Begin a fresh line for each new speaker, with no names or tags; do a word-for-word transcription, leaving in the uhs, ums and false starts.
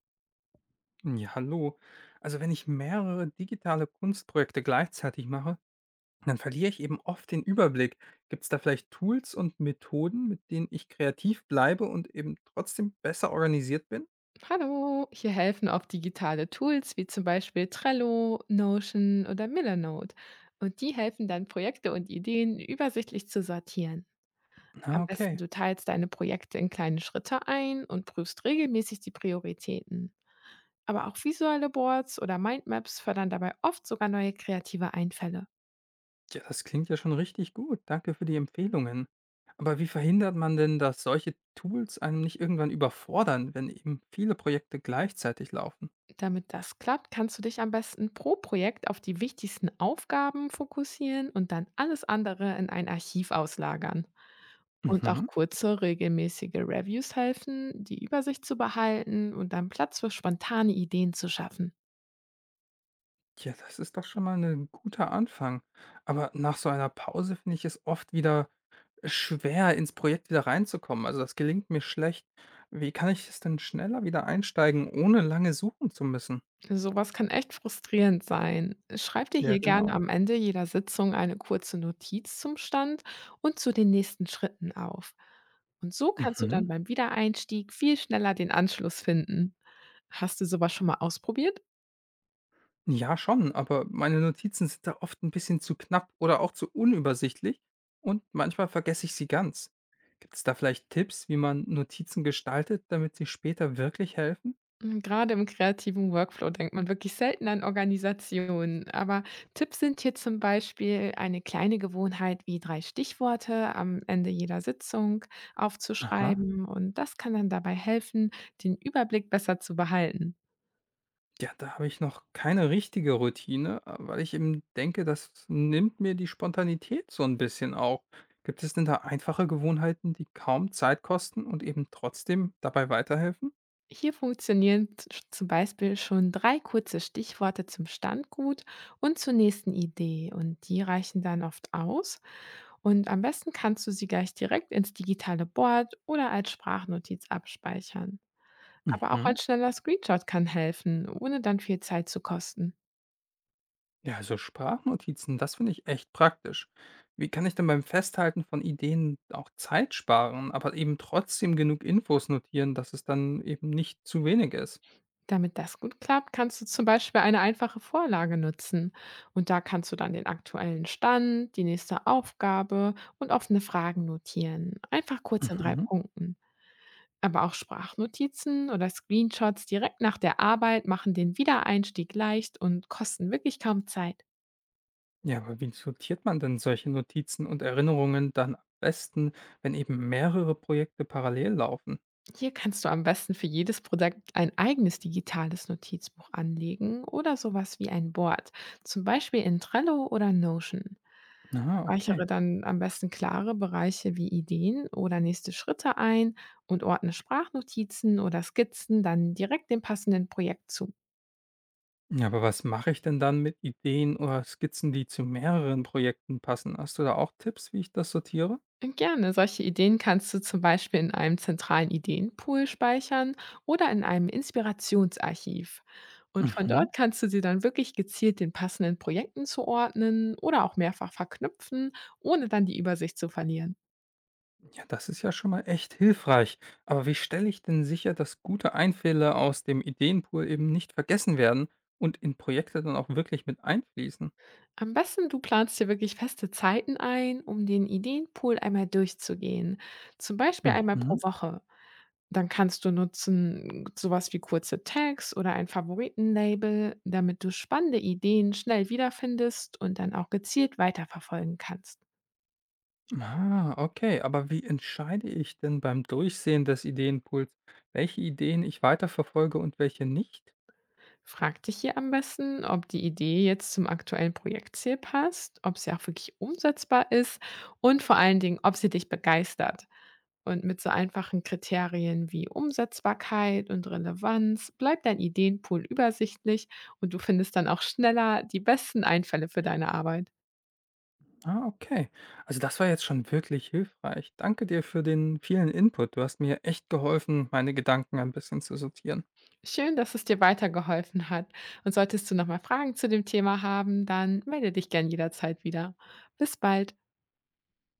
Hm, ja, hallo. Also wenn ich mehrere digitale Kunstprojekte gleichzeitig mache, dann verliere ich eben oft den Überblick. Gibt es da vielleicht Tools und Methoden, mit denen ich kreativ bleibe und eben trotzdem besser organisiert bin?
Hallo, hier helfen oft digitale Tools wie zum Beispiel Trello, Notion oder Millernote. Und die helfen dann, Projekte und Ideen übersichtlich zu sortieren. Am
Na,
besten
okay.
du teilst deine Projekte in kleine Schritte ein und prüfst regelmäßig die Prioritäten. Aber auch visuelle Boards oder Mindmaps fördern dabei oft sogar neue kreative Einfälle.
Ja, das klingt ja schon richtig gut. Danke für die Empfehlungen. Aber wie verhindert man denn, dass solche Tools einem nicht irgendwann überfordern, wenn eben viele Projekte gleichzeitig laufen?
Damit das klappt, kannst du dich am besten pro Projekt auf die wichtigsten Aufgaben fokussieren und dann alles andere in ein Archiv auslagern. Und auch
Mhm.
kurze, regelmäßige Reviews helfen, die Übersicht zu behalten und dann Platz für spontane Ideen zu schaffen.
Ja, das ist doch schon mal ein guter Anfang. Aber nach so einer Pause finde ich es oft wieder schwer, ins Projekt wieder reinzukommen. Also, das gelingt mir schlecht. Wie kann ich es denn schneller wieder einsteigen, ohne lange suchen zu müssen?
Sowas kann echt frustrierend sein. Schreib dir
Ja,
hier gerne
genau.
am Ende jeder Sitzung eine kurze Notiz zum Stand und zu den nächsten Schritten auf. Und so kannst du
Mhm.
dann beim Wiedereinstieg viel schneller den Anschluss finden. Hast du sowas schon mal ausprobiert?
Ja, schon, aber meine Notizen sind da oft ein bisschen zu knapp oder auch zu unübersichtlich und manchmal vergesse ich sie ganz. Gibt es da vielleicht Tipps, wie man Notizen gestaltet, damit sie später wirklich helfen?
Hm, Gerade im kreativen Workflow denkt man wirklich selten an Organisationen. Aber Tipps sind hier zum Beispiel eine kleine Gewohnheit wie drei Stichworte am Ende jeder Sitzung
Aha.
aufzuschreiben. Und das kann dann dabei helfen, den Überblick besser zu behalten.
Ja, da habe ich noch keine richtige Routine, äh, weil ich eben denke, das nimmt mir die Spontanität so ein bisschen auch. Gibt es denn da einfache Gewohnheiten, die kaum Zeit kosten und eben trotzdem dabei weiterhelfen?
Hier funktionieren z- zum Beispiel schon drei kurze Stichworte zum Standgut und zur nächsten Idee und die reichen dann oft aus. Und am besten kannst du sie gleich direkt ins digitale Board oder als Sprachnotiz abspeichern. Aber auch ein
Mhm.
schneller Screenshot kann helfen, ohne dann viel Zeit zu kosten.
Ja, also Sprachnotizen, das finde ich echt praktisch. Wie kann ich denn beim Festhalten von Ideen auch Zeit sparen, aber eben trotzdem genug Infos notieren, dass es dann eben nicht zu wenig ist?
Damit das gut klappt, kannst du zum Beispiel eine einfache Vorlage nutzen. Und da kannst du dann den aktuellen Stand, die nächste Aufgabe und offene Fragen notieren. Einfach kurz in drei
Mhm.
Punkten. Aber auch Sprachnotizen oder Screenshots direkt nach der Arbeit machen den Wiedereinstieg leicht und kosten wirklich kaum Zeit.
Ja, aber wie sortiert man denn solche Notizen und Erinnerungen dann am besten, wenn eben mehrere Projekte parallel laufen?
Hier kannst du am besten für jedes Produkt ein eigenes digitales Notizbuch anlegen oder sowas wie ein Board, zum Beispiel in Trello oder Notion.
Ah, okay.
Speichere dann am besten klare Bereiche wie Ideen oder nächste Schritte ein und ordne Sprachnotizen oder Skizzen dann direkt dem passenden Projekt zu.
Ja, aber was mache ich denn dann mit Ideen oder Skizzen, die zu mehreren Projekten passen? Hast du da auch Tipps, wie ich das sortiere?
Gerne. Solche Ideen kannst du zum Beispiel in einem zentralen Ideenpool speichern oder in einem Inspirationsarchiv. Und von
Mhm.
dort kannst du sie dann wirklich gezielt den passenden Projekten zuordnen oder auch mehrfach verknüpfen, ohne dann die Übersicht zu verlieren.
Ja, das ist ja schon mal echt hilfreich. Aber wie stelle ich denn sicher, dass gute Einfälle aus dem Ideenpool eben nicht vergessen werden und in Projekte dann auch wirklich mit einfließen?
Am besten du planst dir wirklich feste Zeiten ein, um den Ideenpool einmal durchzugehen. Zum Beispiel einmal pro
Mhm.
Woche. Dann kannst du nutzen sowas wie kurze Tags oder ein Favoritenlabel, damit du spannende Ideen schnell wiederfindest und dann auch gezielt weiterverfolgen kannst.
Ah, okay. Aber wie entscheide ich denn beim Durchsehen des Ideenpools, welche Ideen ich weiterverfolge und welche nicht?
Frag dich hier am besten, ob die Idee jetzt zum aktuellen Projektziel passt, ob sie auch wirklich umsetzbar ist und vor allen Dingen, ob sie dich begeistert. Und mit so einfachen Kriterien wie Umsetzbarkeit und Relevanz bleibt dein Ideenpool übersichtlich und du findest dann auch schneller die besten Einfälle für deine Arbeit.
Ah, okay. Also das war jetzt schon wirklich hilfreich. Danke dir für den vielen Input. Du hast mir echt geholfen, meine Gedanken ein bisschen zu sortieren.
Schön, dass es dir weitergeholfen hat. Und solltest du nochmal Fragen zu dem Thema haben, dann melde dich gern jederzeit wieder. Bis bald.